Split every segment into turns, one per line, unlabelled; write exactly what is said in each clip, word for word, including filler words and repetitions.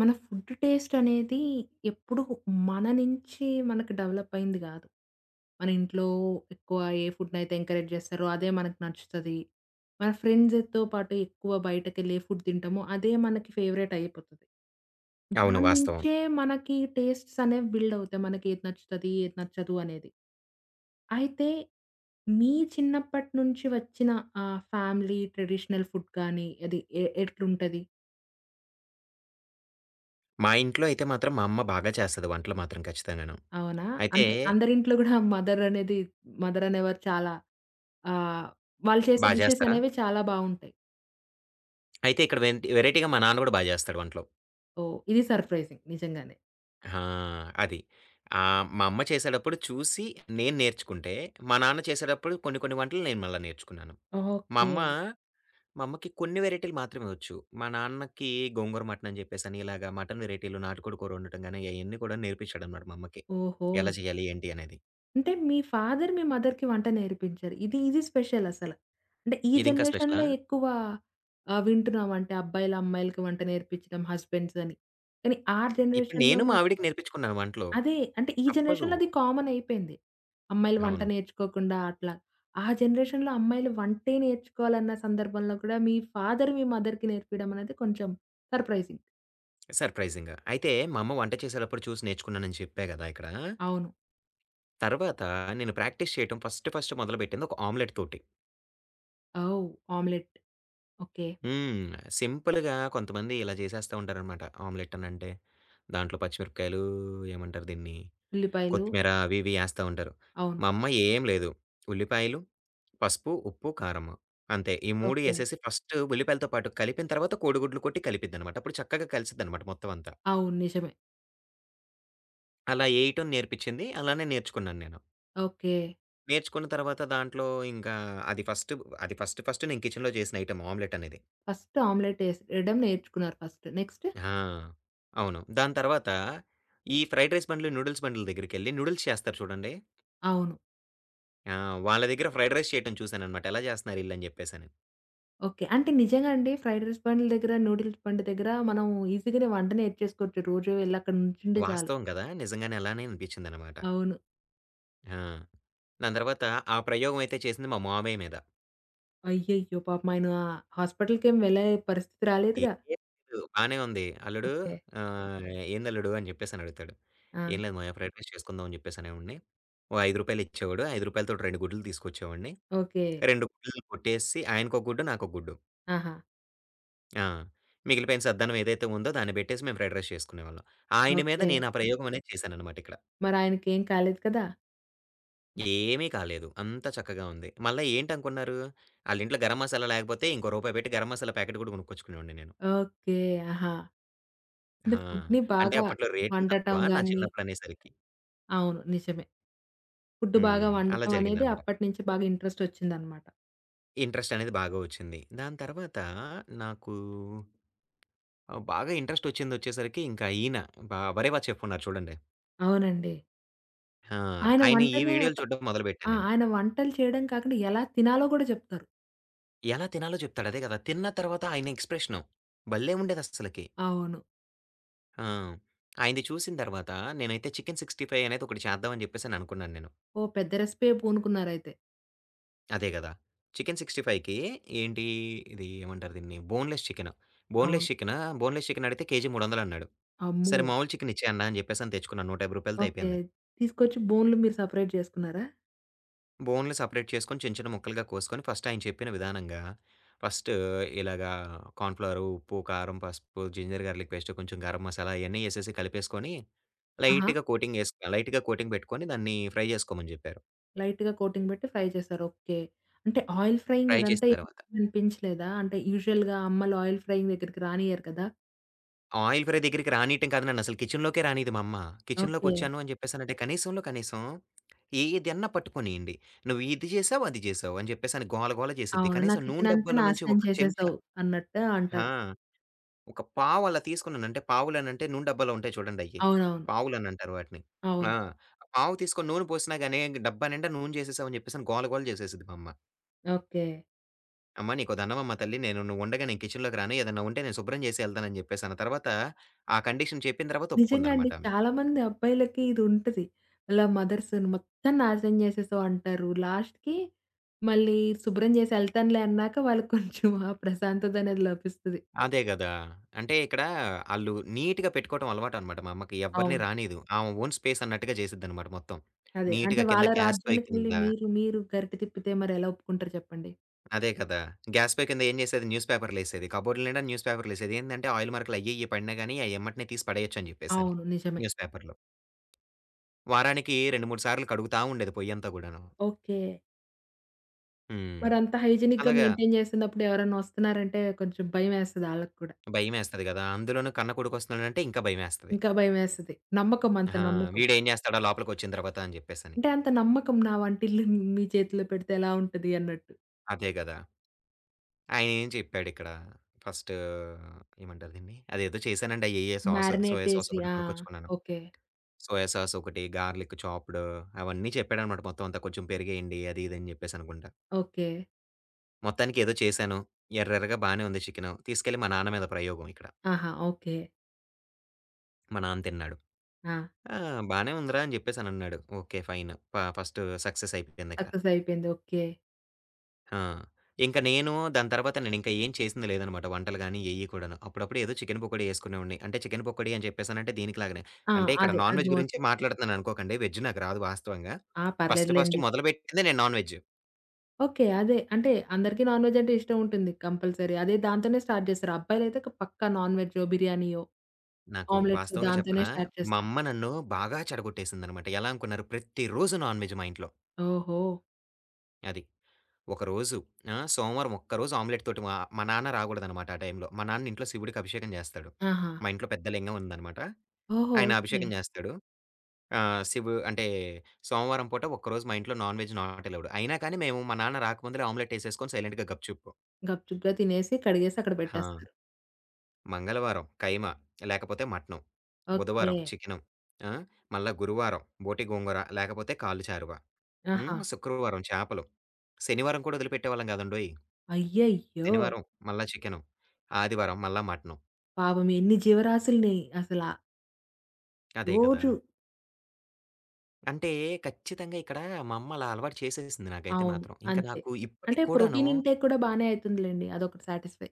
మన food taste అనేది ఎప్పుడు మన నుంచి మనకు డెవలప్ అయింది కాదు. మన ఇంట్లో ఎక్కువ ఏ ఫుడ్‌ని అయితే ఎంకరేజ్ చేస్తారో అదే మనకు నచ్చుతది. మన ఫ్రెండ్స్‌తో పాటు ఎక్కువ బయటకెళ్ళి ఏ ఫుడ్ తింటామో అదే మనకి ఫేవరెట్ అయిపోతది.
అవును.
దాని
వాస్తవం.
నుంచే మనకి టేస్ట్స్ అనేవి బిల్డ్ అవుతాయి. మనకి ఏది నచ్చుతది, ఏది నచ్చదు అనేది. అయితే మీ చిన్నప్పటి నుంచి వచ్చిన ఆహ్, ఫ్యామిలీ ట్రెడిషనల్ ఫుడ్ కానీ అది ఎ ఎట్లుంటది?
మా ఇంట్లో అయితే మాత్రం మా అమ్మ బాగా చేస్తది వంటలు మాత్రం ఖచ్చితంగాను.
అవునా?
అయితే
అంటే అందరింట్లో గూడా మదర్ అనేది మదర్ అనేవారు చాలా ఆహ్, వాళ్ళు చేసే
బా
డిషెస్
చేస్తారా?
అనేవి చాలా బావుంటాయి.
అయితే ఇక్కడ వెన్ వెరైటీగా మా నాన్న గూడా బా చేస్తాడు వంటలు.
ఓహ్! ఇది సర్ప్రైజింగ్ నిజంగానే.
ఆ! అది. ఆహ్, మా అమ్మ చేసేటప్పుడు చూసి నేను నేర్చుకుంటే, మా నాన్న చేసేటప్పుడు కొన్ని కొన్ని వంటలు నేను మళ్ళా నేర్చుకున్నాను. మా
ఓకే.
అమ్మ మా అమ్మకి కొన్ని వెరైటీలు మాత్రమే వచ్చు. మా నాన్నకి గోంగూర మటన్ అని జెప్పేసని ఇలాగా మటన్ వెరైటీలు, నాటుకోడి కూర వండటం గాని అయన్నీ కూడా నేర్పించాడన్నమాట మా అమ్మకి.
ఓహో!
ఎలా చేయాలి? ఏంటి? అనేది.
అంటే మీ ఫాదర్ మీ మదర్‌కి వంట నేర్పించారు. ఇది ఇది స్పెషల్ అసల. అంటే ఈ
ఇదింకా స్పెషలా?
జనరేషన్‌లో ఎక్కువ ఆహ్, వింటున్నాం. అంటే అబ్బాయిలు, అమ్మాయిలకి వంట నేర్పించడం హస్బెండ్స్ అని. కానీ ఆ
ఇప్పుడు నేను
జనరేషన్‌లోనే
మా ఆవిడకి నేర్పించుకున్నాను వంటలు.
అదే. అంటే ఈ
తప్పదు.
జనరేషన్‌లో అది కామన్ అయిపోయింది. అమ్మాయిలు వంట
అవును.
నేర్చుకోకుండా అట్లా. ఆ జనరేషన్‌లో అమ్మాయిలు వంటే నేర్చుకోవాలన్న సందర్భంలో కూడా మీ ఫాదర్ మీ మదర్‌కి నేర్పియడం అనేది కొంచెం సర్ప్రైజింగ్.
సర్ప్రైజింగ్‌గా. అయితే మా అమ్మ వంట చేసేటప్పుడు చూసి నేర్చుకున్నానని చెప్పా గదా! ఇక్కడ.
అవును.
తర్వాత నేను ప్రాక్టీస్ చేయటం ఫస్ట్ ఫస్ట్ మొదలుపెట్టింది ఒక ఆమ్లెట్ తోటి.
ఓహ్! ఆమ్లెట్. ఓకే.
హ్మ్. సింపుల్‌గా కొంతమంది ఇలా చేసేస్తా ఉంటారనమాట. ఆమ్లెట్ అనంటే. దాంట్లో పచ్చిమిరపకాయలు ఏమంటారు దీన్ని?
ఉల్లిపాయలు.
కొత్తిమీర అవి ఇవి ఏస్తా ఉంటారు.
అవును.
మా అమ్మ ఏం లేదు. ఉల్లిపాయలు, పసుపు, ఉప్పు, కారం. అంతే. ఈ మూడు
ఓకే.
ఏసేసి ఫస్ట్ ఉల్లిపాయలతో పాటు కలిపిన తర్వాత కోడిగుడ్లు కొట్టి కలిపిద్దనమాట. అప్పుడు చక్కగా కలిసిద్దనమాట మొత్తం అంతా.
అవును. నిజమే.
అలా ఏయటం నేర్పించింది. అలానే నేర్చుకున్నాను నేను.
ఓకే.
నేర్చుకున్న తర్వాత దాంట్లో ఇంకా అది ఫస్ట్ అది ఫస్ట్ ఫస్ట్ నేను కిచెన్‌లో చేసిన ఐటెమ్ ఆమ్లెట్ అనేది.
ఫస్ట్ ఆమ్లెట్ ఏసేయడం నేర్చుకున్నారు ఫస్ట్. నెక్స్ట్?
ఆ! అవును. దాని తర్వాత ఈ ఫ్రైడ్ రైస్ బండ్లు, నూడిల్స్ బండ్ల దగ్గరికెళ్ళి నూడిల్స్ చేస్తారు చూడండి.
అవును.
ఆ! వాళ్ళ దగ్గర ఫ్రైడ్ రైస్ చేయటం చూసాననమాట. ఎలా చేస్తున్నారు ఈళ్ళని జెప్పేసని.
ఓకే. అంటే నిజంగా అండి ఫ్రైడ్ రైస్ బండ్ల దగ్గర, నూడిల్స్ బండి దగ్గర మనం ఈజీగానే వంట నేర్చేసుకోవచ్చు. రోజు వెళ్లి అక్కడ నుంచుంటే చాలు.
వాస్తవం కదా! నిజంగానే అలానే అనిపించిందనమాట.
అవును.
ఆ! దాని తర్వాత ఆ ప్రయోగం అయితే చేసింది మా మామయ్య మీద.
అయ్యయ్యో! పాపం ఆయన హాస్పిటల్‌కేం వెళ్ళే పరిస్థితి
ఏం
రాలేదుగా?
లేదు బానే ఉంది. అల్లుడు
ఓకే.
ఆహ్, ఏందల్లుడు అని జెప్పేసనడుగుతాడు.
ఆ!
ఏం లేదు మాయా ఫ్రైడ్ రైస్ చేసుకుందాం అని చెప్పేసి అనేవాడిని. ఓ రూ. ఐదు ఇచ్చేవాడు. రూ. 5తోటి రెండు గుడ్డలు తీసుకొచ్చేవాడిని.
ఓకే.
రెండు గుడ్డలు కొట్టేసి ఆయనకొక గుడ్డు, నాకొక గుడ్డు.
ఆహా!
ఆ! మిగిలిపోయిన సద్దన్నం ఏదైతే ఉందో దాన్ని బెట్టేసి మేము ఫ్రైడ్ రైస్ చేసుకునేవాళ్ళం. ఆయన మీద
ఓకే.
నేను ఆ ప్రయోగం అనేది చేశాననమాట ఇక్కడ.
మరాయనకేం కాలేదు కదా?
ఏమీ కాలేదు. అంతా చక్కగా ఉంది. మళ్ళా ఏంటనుకున్నారు? ఆళ్ళింట్లో గరం మసాలా లేకపోతే ఇంకో రూపాయి పెట్టి గరం మసాలా ప్యాకెట్ గూడా కొనుక్కొచ్చుకునేవాడిని నేను.
ఓకే. ఆహా! అంటే
ఆ!
ఫుడ్‌ని
అంటే
బాగా
అప్పట్లో రేట్లు తక్కువ
వండటం
నా
గాని
చిన్నప్పుడనేసరికి.
అవును. నిజమే. ఫుడ్ బాగా
హ్మ్. అలా
వండటం అనేది
జరిగిందనమాట.
అప్పటినుంచి బాగా ఇంట్రెస్టొచ్చిందనమాట.
ఇంట్రెస్ట్ అనేది బాగా వచ్చింది. దాని తర్వాత నాకు ఆ! బాగా ఇంట్రెస్టొచ్చిందొచ్చేసరికి ఇంకా ఈయన బ 'బరేవా చెఫ్' ఉన్నారు చూడండి.
అవునండి.
ఆ!
ఆయన
ఆయన ఈ
వంటనే ఒక
వీడియోలు చూడడం మొదలుపెట్టాను
ఆ!
నేను.
ఆయన వంటలు చేయడం కాకుండా ఎలా తినాలో గూడా చెప్తారు.
ఎలా తినాలో చెప్తాడు అదే కదా! తిన్న తర్వాత ఆయన ఎక్స్‌ప్రెషను భలే ఉండేదస్సలకి.
అవును.
ఆ! ఆయనది చూసిన తర్వాత నేనైతే చికెన్ అరవై ఐదు అనేది ఒకటి చేద్దాం అని చెప్పేసని అనుకున్నాను నేను.
ఓహ్! పెద్ద రెసిపీ పూనుకున్నారైతే.
అదే కదా! చికెన్ 65కి ఏంటి ఇది ఏమంటారు దీన్ని? Boneless chicken.
అవును.
బోన్‌లెస్ చికెనా? బోన్‌లెస్ చికెన్ అడిగితే కేజీ మూడు వందలు అన్నాడు.
అమ్మో!
సరే మామూలు చికెన్ ఇచ్చేయి అన్నా అని చెప్పేసని తెచ్చుకున్నాను రూ. 150తో
ఓకే.
అయిపోయింది.
తీసుకొచ్చి బోనులు మీరు సెపరేట్ జేసుకున్నారా?
బోన్లు సెపరేట్ చేసుకొని చిన్న, చిన్న ముక్కలుగా కోసుకొని ఫస్ట్ ఆయన చెప్పిన విధానంగా ఫస్ట్ ఇలాగా కార్న్‌ఫ్లోర్, ఉప్పు, కారం, పసుపు, జింజర్ గార్లిక్ పేస్ట్, కొంచెం గరం మసాలా అయన్నీ ఎసేసి కలిపేసుకొని
ఆహా!
లైట్‌గా కోటింగ్ ఎస్ లైట్‌గా కోటింగ్ పెట్టుకొని దాన్ని ఫ్రై చేసుకోమని చెప్పారు.
లైట్‌గా కోటింగ్ బెట్టి ఫ్రై చేశారు. ఓకే. అంటే ఆయిల్ ఫ్రైయింగ్
ఫ్రై
అదంతా
చేసిన
ఏం
తర్వాత
అనిపించలేదా? అంటే యూజువల్‌గా అమ్మలు ఆయిల్ ఫ్రైయింగ్ దగ్గరికి రానియ్యరు కదా!
ఆయిల్ ఫ్రై దగ్గరికి రానీయటం కాదు నన్నసలు కిచెన్‌లోకే రానీయదు మా అమ్మ.
ఓకే.
కిచెన్‌లోకొచ్చాను అని చెప్పేసానంటే కనీసంలో కనీసం ఏదన్నా పట్టుకొనియండి. "నువ్వు ఇది చేసావు, అది చేసావు" అని చెప్పేసని గోల గోల చేసిద్ది.
అవును. నా
కనీసం నూనె
కిచెనంతా
డబ్బాలో నుంచి
నాశనం
ఒక చెంచా
చేసేసావు అన్నట్టు
ఆ!
అంటారు.
ఒక పావు అలా తీసుకున్నాను. అంటే పావులనంటే నూనె డబ్బాలో ఉంటాయి చూడండయ్యి.
అవునవును.
పావులనంటారు వాటిని. ఆ!
అవును.
ఆ పావు తీసుకొని నూనె పోసినా గాని డబ్బా నిండా నూనె జేసేసావని జెప్పేసని గోల గోల జేసేసిద్ది మా అమ్మ.
ఓకే.
"అమ్మ నీకో దండమమ్మ తల్లి నేను నువ్వుండగా నేను కిచెన్‌లోకి రాను. ఏదన్నా ఉంటే నేను శుభ్రం జేసి ఎళ్తానని" జెప్పేసన్న తర్వాత ఆ కండిషన్ చెప్పిన తర్వాత
నిజంగా అండి.
ఒప్పుకుందనమాట ఆమె.
చాలా మంది అబ్బాయిలకి ఇది ఉంటది. అలా మదర్స్ మొత్తం నాశనం చేసేసావు అంటారు. లాస్ట్‌కి మళ్ళీ శుభ్రం చేసి ఎళ్తానులే అన్నాక వాళ్ళకి కొంచెం ఆ ప్రశాంతత అనేది లభిస్తది.
అదే గదా! అంటే ఇక్కడ ఆళ్ళు నీట్‌గా పెట్టుకోవటం అలవాటనమాట మా అమ్మకి. ఎవ్వరిని
అవును.
రానీయదు. ఆమె ఓన్ స్పేస్ అన్నట్టుగా జేసిద్దనమాట మొత్తం.
అదే. అంటే
నీట్‌గా కింద
వాళ్ళ
గ్యాస్ పొయ్యి
రాజ్యానికెళ్ళి
కింద
మీరు, మీరు గరిటె తిప్పితే మరెలా ఒప్పుకుంటారు చెప్పండి?
అదే కదా! గ్యాస్ పే కింద ఏం చేసేది న్యూస్ పేపర్‌లేసేది. కబోర్డ్‌ల నిండా న్యూస్ పేపర్‌లేసేది. ఏందంటే ఆయిల్ మరకలు అయ్యి, ఇయ్యి పడినా గాని అయి ఎమ్మటనే తీసి పడేయొచ్చని చెప్పేసని.
అవును. నిజమే.
న్యూస్ పేపర్‌లో. వారానికి రెండు, మూడు సార్లు కడుగుతా ఉండేది పొయ్యంతా గూడాను.
ఓకే.
హ్మ్.
మరంత హైజినిక్‌గా
అలాగా
మెయింటైన్ చేస్తున్నప్పుడు ఎవరన్నా వస్తున్నారంటే కొంచెం భయమేస్తది ఆళ్ళకి కూడా.
భయమేస్తది గదా! అందులోనూ కన్న కొడుకొస్తున్నాడంటే ఇంకా భయమేస్తది.
ఇంకా భయమేస్తది. నమ్మకం అంత
ఆహా!
నమ్మకం.
వీడేం జేస్తాడో లోపలికొచ్చిన తర్వాత అని జెప్పేసని.
అంటే అంత నమ్మకం నా వంటిల్లు మీ చేతిలో పెడితే ఎలా ఉంటది అన్నట్టు.
అదే గదా! ఆయనేం చెప్పాడిక్కడ, ఫస్టు ఏమంటారు దీన్ని? అదేదో చేశానండి అయ్యయ్యో! సాసు
మ్యారినేట్
సోయా సాస్
చేసి
ఒకటి
ఆ!
కొనుక్కొచ్చుకున్నాను.
ఓకే.
సోయా సాస్ ఒకటి, గార్లిక్ చాప్డ్ అవన్నీ చెప్పాడనమాట మొత్తం అంతా. కొంచెం పెరిగేయండి అది ఇది అని చెప్పేసి అనుకుంటా.
ఓకే.
మొత్తానికి ఏదో చేశాను. ఎర్రెర్రగా బానే ఉంది చికెను. తీసుకెళ్ళి మా నాన్న మీద ప్రయోగం ఇక్కడ.
ఆహా! ఓకే.
మా నాన్న తిన్నాడు.
ఆ!
"ఆ! బానే ఉందిరా" అని జెప్పేసనన్నాడు. ఓకే. ఫైన్. ప ఫస్ట్ సక్సెస్ అయిపోయిందిక్కడ.
సక్సెస్ అయిపోయింది. ఓకే.
ఆ! ఇంక నేను దాని తర్వాత నేనింకా ఏం చేసింది లేదనమాట. వంటలు గాని ఏయి కూడాను. అప్పుడప్పుడు ఏదో చికెను పకోడీ యేసుకునేవాడిని. అంటే చికెను పకోడీ అని చెప్పేసనంటే దీనికిలాగానే
ఆ!
అంటే ఇక్కడ
అదే.
నాన్ వెజ్ గురించే
అర్థమవుతుంది.
మాట్లాడుతున్నాననుకోకండి. వెజ్ నాకు రాదు వాస్తవంగా.
ఆ!
First first
పర్లేదులెండి.
మొదలుపెట్టిందే నేను నాన్ వెజ్.
ఓకే. అదే. అంటే అందరికీ నాన్ వెజ్ అంటే ఇష్టం ఉంటుంది కంపల్సరీ. అదే దాంతోనే స్టార్ట్ చేస్తారు. అబ్బాయిలైతే క పక్కా నాన్ వెజ్జో, బిర్యానీయో,
నాకు
ఆమ్లెట్సో
వాస్తవంగా
దాంతోనే
చెప్పనా,
స్టార్ట్
మా
చేస్తారు.
అమ్మ నన్ను బాగా చెడగొట్టేసిందనమాట. ఎలా అనుకున్నారు, ప్రతిరోజు నాన్‌వెజ్ మా ఇంట్లో.
ఓహో!
అది. ఒకరోజు ఆ! సోమవారం ఒక్కరోజు ఆమ్లెట్ తోటి మా మా నాన్న రాగూడదనమాట ఆ టైంలో. మా నాన్న ఇంట్లో శివుడికి అభిషేకం జేస్తాడు.
ఆహా!
మా ఇంట్లో పెద్ద లింగం ఉందనమాట.
ఓహో!
ఆయన
ఓకే.
అభిషేకం జేస్తాడు. ఆహ్, శివు అంటే సోమవారం పూట ఒక్కరోజు మా ఇంట్లో నాన్‌వెజ్ నాట్ అలౌడ్. అయినా కానీ మేము మా నాన్న రాకముందలే ఆమ్లెట్ ఏసేసుకొని సైలెంట్‌గా గప్‌చుప్.
గప్‌చుప్‌గా తినేసి, కడిగేసి అక్కడ
ఆ!
పెట్టేస్తారు.
మంగళవారం కైమ, లేకపోతే మటనం.
ఓకే.
బుధవారం చికెను. ఆ! మళ్ళా గురువారం బోటి గోంగూర, లేకపోతే కాళ్ళు చారువ.
ఆహా!
హ్మ్. శుక్రవారం చేపలు. శనివారం కూడా వదిలిపెట్టేవాళ్ళం కాదండోయ్!
అయ్యయ్యో!
శనివారం మళ్ళా చికెను. ఆదివారం మళ్ళా మటను.
పాపం ఎన్ని జీవరాశుల్ని అసలా
అదే కదా!
రోజు
అంటే ఖచ్చితంగా ఇక్కడ మా అమ్మ అలా అలవాటు చేసేసింది నాకైతే
అవును.
మాత్రం. ఇంక
అంతే.
నాకు
అంటే
ఇప్పటికి కూడాను
ప్రోటీన్ ఇంటేక్ కూడా బానే అయితుందిలెండి. అదొకటి సాటిస్ఫై.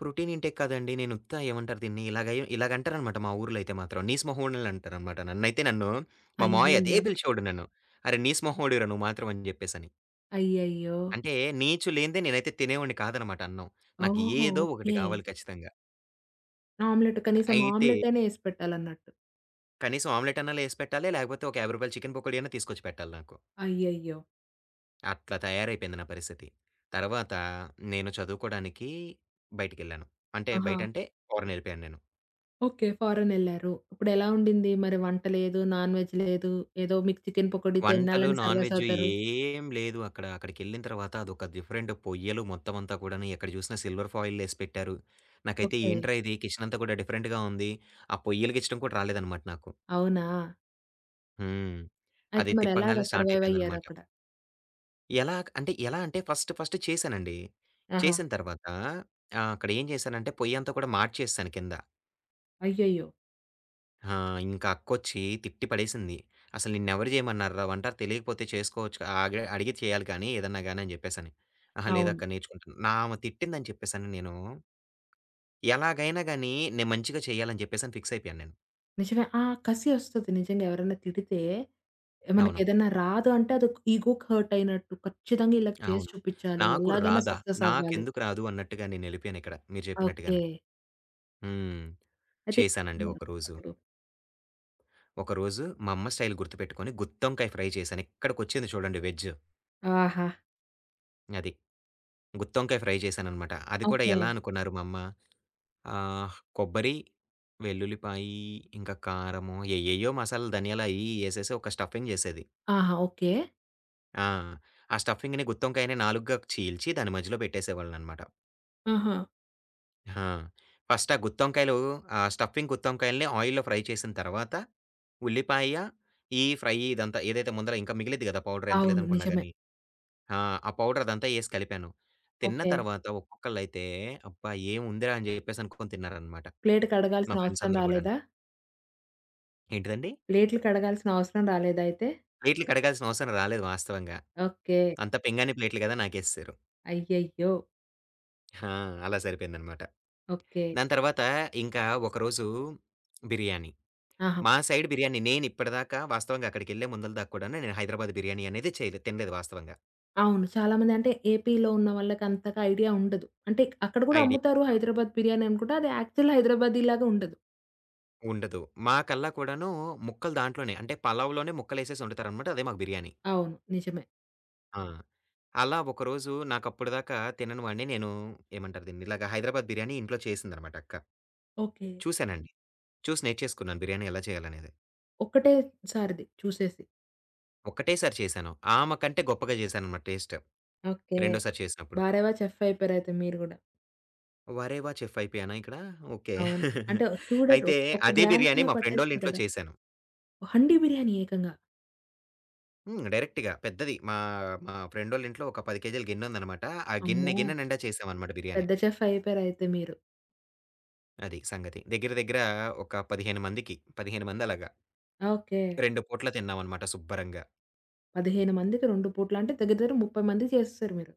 ప్రోటీన్ ఇంటేక్ కాదండి. నేను ఉత్త ఏమంటారు దీన్ని? ఇలాగ ఇలాగంటారనమాట మా ఊర్లో అయితే మాత్రం. నీసు మొహోడిని అంటారనమాట. నన్నైతే నన్ను మా మావయ్య అదే
అయ్యయ్యో!
పిలిచేవాడు నన్ను. "అరె! నీసు మొహోడివిరా నువ్వు మాత్రం" అని జెప్పేసని.
అయ్యయ్యో!
అంటే నీచు లేనిదే నేనైతే తినేవాడిని కాదనమాట అన్నం. నాకు
ఓహో!
ఏదో ఒకటి
ఓకే.
గావాలి ఖచ్చితంగా.
ఆమ్లెట్ కనీసం
అయితే
ఆమ్లెట్ అయినా ఏసి పెట్టాలన్నట్టు.
కనీసం ఆమ్లెట్ అన్నా లేసి పెట్టాలి. లేకపోతే ఒక రూ. యాభై చికెన్ పకోడీ అన్నా తీసుకొచ్చి పెట్టాలి నాకు.
అయ్యయ్యో!
అట్లా తయారైపోయింది నా పరిస్థితి. తర్వాత నేను చదువుకోడానికి బయటికెళ్ళాను. అంటే
ఆహా!
బయటంటే ఫారెన్ ఎళ్ళిపోయాను నేను.
ఓకే. ఫారెనెళ్లారు. ఇప్పుడెలా ఉండింది? మరి వంట లేదు, నాన్ వెజ్ లేదు. ఏదో మీకు చికెన్ పకోడీ
వంటలు,
తినాలని
నాన్
సర్వైవ్
వెజ్
అవుతారు.
ఏం లేదు అక్కడ. అక్కడికెళ్ళిన తర్వాత అదొక డిఫరెంట్ పొయ్యలు మొత్తం అంతా కూడాను. ఎక్కడ చూసినా సిల్వర్ ఫాయిలేసి పెట్టారు. నాకైతే
ఓకే.
ఏంట్రా ఇది కిచెన్ అంతా కూడా డిఫరెంట్‌గా ఉంది. ఆ పొయ్యలు గిచ్చడం కూడా రాలేదనమాట నాకు.
అవునా?
హ్మ్.
అయితే
అది
మరెలాగా
తిప్పంగానే స్టార్ట్
సర్వైవ్
అయిపోయిందనమాట.
అయ్యారక్కడ?
ఎలా అంటే ఎలా అంటే ఫస్ట్ ఫస్ట్ చేశానండి.
ఆహా!
చేసిన తర్వాత ఆహ్, అక్కడ ఏం చేశానంటే పొయ్యంతా కూడా మార్చేసేసాను కింద.
అయ్యయ్యో!
ఆ! ఇంకా అక్కొచ్చి తిట్టి పడేసింది. "అసలు నిన్నెవరు చేయమన్నారురా వంట? తెలియకపోతే చేసుకోవచ్చు ఆగే అడిగి చేయాలి కానీ ఏదన్నా గాని" అని చెప్పేసని. "అహా!
అవును.
లేదక్కా నేర్చుకుంటాను." నా ఆమె తిట్టిందని చెప్పేసని నేను ఎలాగైనా గాని నేను మంచిగా చేయాలని చెప్పేసని ఫిక్స్ అయిపోయాను నేను.
నిజమే. ఆ కసి ఒస్తది నిజంగా ఎవరైనా తిడితే
అవును.
మనకేదైనా రాదు అంటే అదొక ఈగోకి హర్ట్ అయినట్టు. ఖచ్చితంగా ఈళ్ళకి చేసి
అవును.
చూపిచ్చాలి.
నాకు
ఎలాగైనా
రాదా?
సక్సెస్ అవ్వాలి.
నాకెందుకు రాదు అన్నట్టుగా నేనెళ్ళిపోయానిక్కడ మీరు
ఓకే.
చెప్పినట్టుగానే. హ్మ్.
అయితే
చేశానండి ఒకరోజు.
అప్పుడు.
ఒకరోజు మా అమ్మ స్టైల్ గుర్తుపెట్టుకొని గుత్తొంకాయ ఫ్రై చేశాను. ఇక్కడికొచ్చింది చూడండి వెజ్
ఆహా!
అది. గుత్తొంకాయ ఫ్రై చేశాననమాట. అది కూడా
ఓకే.
ఎలా అనుకున్నారు మా అమ్మ? ఆహ్, కొబ్బరి, వెల్లుల్లిపాయి, ఇంకా కారము, ఏయేయో మసాలాలు ధనియాలు అయ్యి ఇయ్యి యేసేసి ఒక స్టఫింగ్ జేసేది.
ఆహా! ఓకే.
ఆ! ఆ స్టఫింగ్‌ని గుత్తొంకాయని నాలుగుగా చీల్చి దాని మధ్యలో పెట్టేసేవాళ్ళనమాట.
ఆహా!
ఆ! ఫస్ట్ ఆ గుత్తొంకాయలు ఆ స్టఫింగ్ గుత్తొంకాయల్ని ఆయిల్‌లో ఫ్రై చేసిన తర్వాత, ఉల్లిపాయ, ఈ ఫ్రై ఇదంతా ఏదైతే ముందల ఇంకా మిగిలిద్ది గదా! పౌడర్ ఎంత
అవును.
లేదనుకున్నా
నిజమే.
గాని. ఆ! ఆ పౌడర్ అదంతా యేసి కలిపాను. తిన్న
ఓకే.
తర్వాత ఒక్కొక్కళ్ళైతే, "అబ్బా! ఏం ఉందిరా" అని జెప్పేసి అనుకోని తిన్నారనమాట.
ప్లేట్
మా
కడగాల్సిన
ఫ్రెండ్స్
అవసరం
అందరూ గూడాను.
రాలేదా?
ఏంటిదండి?
ప్లేట్లు కడగాల్సిన అవసరం రాలేదా అయితే?
ప్లేట్లు కడగాల్సిన అవసరం రాలేదు వాస్తవంగా.
ఓకే.
అంతా పింగాణీ ప్లేట్లు గదా! నాకేసేశారు.
అయ్యయ్యో!
ఆ! అలా సరిపోయిందనమాట.
ఓకే.
దాని తర్వాత ఇంకా ఒకరోజు బిర్యానీ.
ఆహా!
మా సైడ్ బిర్యానీ నేనిప్పటిదాకా వాస్తవంగా అక్కడికెళ్ళే ముందల దాకా కూడాను నేను హైదరాబాద్ బిర్యానీ అనేది చేయలే తినలేదు వాస్తవంగా.
అవును. చాలామంది అంటే ఏపీలో ఉన్న వాళ్ళకి అంతగా ఐడియా ఉండదు. అంటే అక్కడ కూడా
ఐడియా
అమ్ముతారు హైదరాబాద్ బిర్యానీ అనుకుంటా. అది యాక్చువల్ హైదరాబాదీలాగా ఉండదు.
ఉండదు. మాకల్లా కూడాను ముక్కలు దాంట్లోనే అంటే పలావ్‌లోనే ముక్కలేసేసి వండుతారనమాట. అదే మాకు బిర్యానీ.
అవును. నిజమే.
ఆ! అలా ఒకరోజు నాకప్పటిదాకా తినని వాడిని నేను ఏమంటారు దీన్ని? ఇలాగ హైదరాబాద్ బిర్యానీ ఇంట్లో చేసిందనమాట అక్క.
ఓకే.
చూసానండి. చూసి నేర్చేసుకున్నాను బిర్యానీ ఎలా చేయాలనేది.
ఒక్కటే సారిది చూసేసి.
ఒకటేసారి చేశాను. ఆమె కంటే గొప్పగా చేశాననమాట టేస్ట్.
ఓకే.
రెండోసారి చేసినప్పుడు.
బా రెవా చెఫ్ అయిపోయారయితే మీరు గూడా.
"వరేవా! చెఫ్ అయిపోయానా ఇక్కడ? ఓకే."
అవును. అంటే చూడరు.
అయితే
ఒక
అదే బిర్యానీ
గ్లాన్స్‌లో
మా ఫ్రెండోళ్ళ
పట్టేస్తారు
ఇంట్లో
కదా!
చేశాను.
హండీ బిర్యానీ ఏకంగా.
హ్మ్. డైరెక్ట్‌గా పెద్దది. మా మా ఫ్రెండోళ్ళ ఇంట్లో ఒక పది కేజీల గిన్నుందనమాట. ఆ గిన్నె
అమ్మో!
గిన్నె నిండా చేశామనమాట బిర్యానీ.
పెద్ద చెఫ్ అయిపోయారయితే మీరు.
అది సంగతి. దగ్గర దగ్గర ఒక పదిహేను మందికి, పదిహేను మంది అలాగా
ఓకే.
రెండు పూటలు తిన్నామనమాట శుబ్బరంగా.
పదిహేను మందికి రెండు పూట్ల అంటే దగ్గర దగ్గర ముప్పై మందికి చేసేసారు మీరు.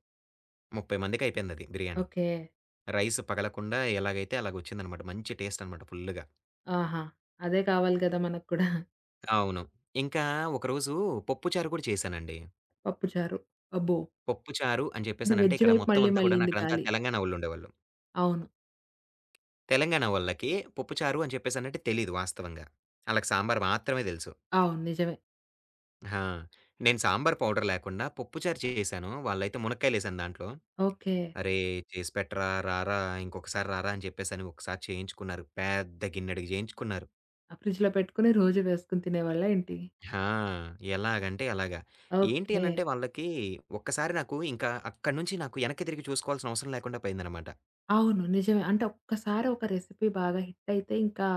ముప్పై మందికి అయిపోయిందది బిర్యానీ.
ఓకే.
రైస్ పగలకుండా ఎలాగైతే అలాగొచ్చిందనమాట. మంచి టేస్ట్ అనమాట ఫుల్లుగా.
ఆహా! అదే కావాలి గదా! మనకు కూడా.
అవును. ఇంకా ఒకరోజు పప్పుచారు కూడా చేశానండి.
పప్పుచారు. అబ్బో!
పప్పుచారు అని
అంటే
చెప్పేసనంటే
వెజ్
ఇక్కడ
వైపు
మొత్తం
మళ్ళీ
అంతా కూడాను
మళ్ళింది
అక్కడంతా
గాలి.
తెలంగాణ వోళ్ళుండేవాళ్ళు.
అవును.
తెలంగాణ వోళ్ళకి పప్పుచారు అని చెప్పేసనంటే తెలీదు వాస్తవంగా. ఆళ్ళకి సాంబారు మాత్రమే తెలుసు.
అవును. నిజమే.
ఆ! నేను సాంబారు పౌడర్ లేకుండా పప్పుచారు చేశాను. వాళ్ళైతే మునక్కాయలేశాను దాంట్లో.
ఓకే.
"అరేయ్! చేసి పెట్టరా, రారా ఇంకొకసారి రారా" అని చెప్పేసని ఒకసారి చేయించుకున్నారు. పెద్ద గిన్నెడుగు చేయించుకున్నారు.
ఆ ఫ్రిడ్జ్‌లో పెట్టుకొని రోజు వేసుకొని తినేవాళ్ళా ఏంటి?
ఆ! ఎలాగంటే అలాగా. ఏంటి
ఓకే.
అనంటే వాళ్ళకి ఒక్కసారి నాకు ఇంకా అక్కడి నుంచి నాకు ఎనక్కి తిరిగి చూసుకోవాల్సిన అవసరం లేకుండా పోయిందనమాట.
అవును. నిజమే. అంటే ఒక్కసారి ఒక రెసిపీ బాగా హిట్ అయితే ఇంకా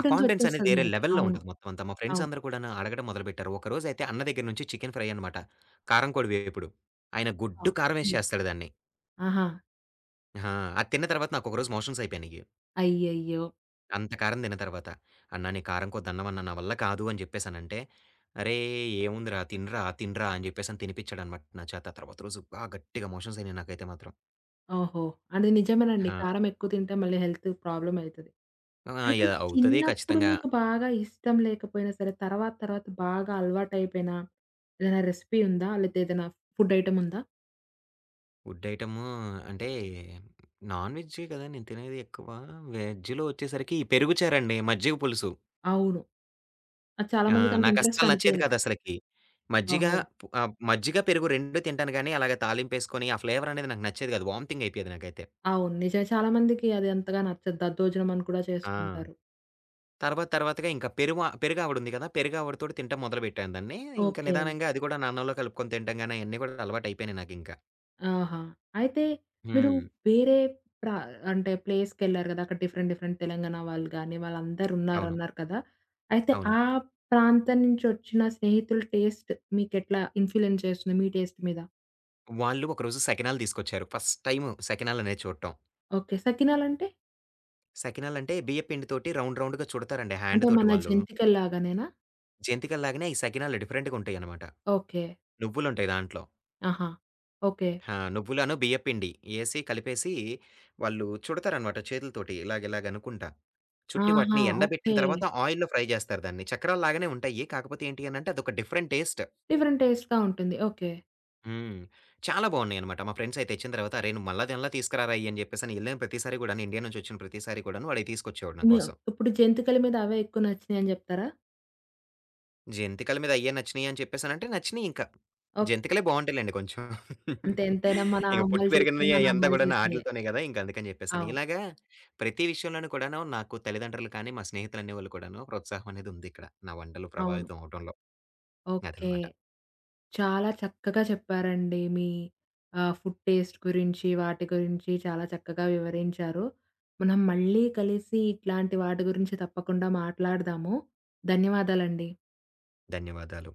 ఆ కాన్ఫిడెన్స్ అనేది
వచ్చేస్తది
వేరే
మనకి.
లెవెల్‌లో
అవును.
ఉంటది మొత్తం అంతా. మా ఫ్రెండ్స్
అవును.
అందరూ కూడాను అడగడం మొదలుపెట్టారు. ఒకరోజైతే అన్న దగ్గర నుంచి చికెన్ ఫ్రై అనమాట. కారం కోడి వేపుడు. ఆయన
ఆ!
గుడ్డు కారం ఏసి
హ్మ్.
చేస్తాడు దాన్ని.
ఆహా!
ఆ! అది తిన్న తర్వాత నాకొకరోజు మోషన్స్ అయిపోయినియి.
అయ్యయ్యో!
అంత కారం తిన్న తర్వాత. "అన్నా నీ కారం కోత దండం అన్నా నా వల్ల కాదు" అని చెప్పేసనంటే, "అరేయ్! ఏముందిరా తినరా, తినరా" అని చెప్పేసని తినిపించాడనమాట నా చేత. తర్వాత రోజు బా గట్టిగా మోషన్స్ అయినియి నాకైతే మాత్రం.
ఓహో! అది నిజమేనండి.
ఆ!
కారం ఎక్కువ తింటే మళ్ళీ హెల్త్ ప్రాబ్లమ్ అయితది.
ఆ!
అయితే
యాహ్! అవుతది
చిన్నప్పుడు
ఖచ్చితంగా.
మీకు బాగా ఇష్టం లేకపోయినా సరే, తర్వాత తర్వాత బాగా అలవాటైపోయిన ఏదైనా రెసిపీ ఉందా? లేతే ఏదైనా ఫుడ్ ఐటెమ్ ఉందా?
వుడ్ ఐటెము అంటే నాన్ వెజ్జే కదా! నేను తినేది ఎక్కువ. వెజ్‌లో వచ్చేసరికి పెరుగు చారండి, మజ్జిగ పులుసు.
అవును. అది చాలా
ఆ!
మందికి అంత ఇంట్రెస్ట్
నాకస్సలు నచ్చేది
అనిపియదు.
కాదసలకి. మజ్జిగ
ఓహో!
పు ఆహ్, మజ్జిగ, పెరుగు రెండు తింటాను గానీ, అలాగ తాలింపేసుకొని ఆ ఫ్లేవర్ అనేది నాకు నచ్చేది కాదు. వామిటింగ్ అయిపోయేది నాకైతే.
అవును. నిజమే. చాలా మందికి అది అంతగా నచ్చదు. దద్దోజనం అని కూడా
ఆ!
చేస్తుంటారు.
తర్వాత తర్వాతగా ఇంకా పెరువ పెరుగావిడుంది కదా! పెరుగావిడతోటి తింటం మొదలుపెట్టాను దాన్ని. ఇంకా
ఓకే.
నిదానంగా అది కూడా నా అన్నంలో కలుపుకొని తింటం గాని అయన్నీ కూడా అలవాటయిపోయినాయి నాకింకా.
ఆహా! అయితే మీరు
హ్మ్.
వేరే ప్ర అంటే ప్లేస్‌కెళ్లారు గదా! అక్కడ డిఫరెంట్ డిఫరెంట్ తెలంగాణ వాళ్ళు గాని, వాళ్ళందరూ
అవును.
ఉన్నారన్నారు కదా! అయితే
అవును.
ఆ ప్రాంతం నుంచొచ్చిన స్నేహితుల టేస్ట్ మీకెట్లా ఇన్‌ఫ్లూయెన్స్ చేస్తుంది మీ టేస్ట్ మీద?
వాళ్ళు ఒకరోజు సకినాలు తీసుకొచ్చారు. ఫస్ట్ టైము సకినాలనేయి చూడటం.
ఓకే. సకినాలంటే?
సకినాలంటే బియ్య పిండితోటి రౌండ్ రౌండ్‌గా చుడతారండి హ్యాండ్
అంటే
తోటి
మన
వాళ్ళు.
జంతికల్లాగానేనా?
జంతికల్లాగానే ఈ సకినాలు డిఫరెంట్‌గా ఉంటాయనమాట.
ఓకే.
నువ్వులుంటాయి దాంట్లో.
ఆహా! ఓకే.
ఆ! నువ్వులను బియ్య పిండి ఏసి కలిపేసి వాళ్ళు చుడతారనమాట చేతులతోటి ఇలాగ ఇలాగ అనుకుంటా. చుట్టి
ఆహా!
వాటిని
ఓకే.
ఎండబెట్టిన తర్వాత ఆయిల్‌లో ఫ్రై జేస్తారు దాన్ని. చక్రాల్లాగానే ఉంటాయి. కాకపోతే ఏంటి అనంటే అదొక డిఫరెంట్ టేస్ట్.
డిఫరెంట్ టేస్ట్‌గా ఉంటుంది. ఓకే.
హ్మ్. చాలా బావున్నాయనమాట. మా ఫ్రెండ్స్ అయి తెచ్చిన తర్వాత "అరేయ్! నువ్వు మళ్ళా తినాలా తీసుకురారా ఇయి" అని జెప్పేసని ఎళ్ళిన ప్రతిసారి గూడాను ఇండియా నుంచొచ్చిన ప్రతిసారి కూడాను వాడయి తీసుకొచ్చేవాడు నా
మీ
కోసం.
ఇప్పుడు జంతికల మీద అవే ఎక్కువ నచ్చినాయని జెప్తారా?
జంతికల మీద అయ్యే నచ్చినియి అని చెప్పేసనంటే నచ్చినియింక.
ఓకే.
జంతికలే బావుంటాయిలెండి కొంచెం.
అంటే ఎంతైనా మన
ఇంక పుట్టి
అమ్మలు చేసినయి,
పెరిగినయి
మన
అయంతా
అమ్మలు
గూడాను
చేసినయే.
ఆటిలతోనే గదా! ఇంకందుకని జెప్పేసని.
అవును.
ఇలాగా ప్రతి విషయంలోనూ కూడాను నాకు తల్లిదండ్రులు కానీ, మా స్నేహితులనేవాళ్ళు కూడాను ప్రోత్సాహం అనేది ఉందిక్కడ. నా వంటలు
అవును.
ప్రభావితం అవ్వటంలో.
ఓకే.
అదనమాట.
చాలా చక్కగా చెప్పారండి. మీ ఆహ్, ఫుడ్ టేస్ట్ గురించి, వాటి గురించి చాలా చక్కగా వివరించారు. మనం మళ్ళీ కలిసి ఇట్లాంటి వాటి గురించి తప్పకుండా మాట్లాడదాము. ధన్యవాదాలండి.
ధన్యవాదాలు.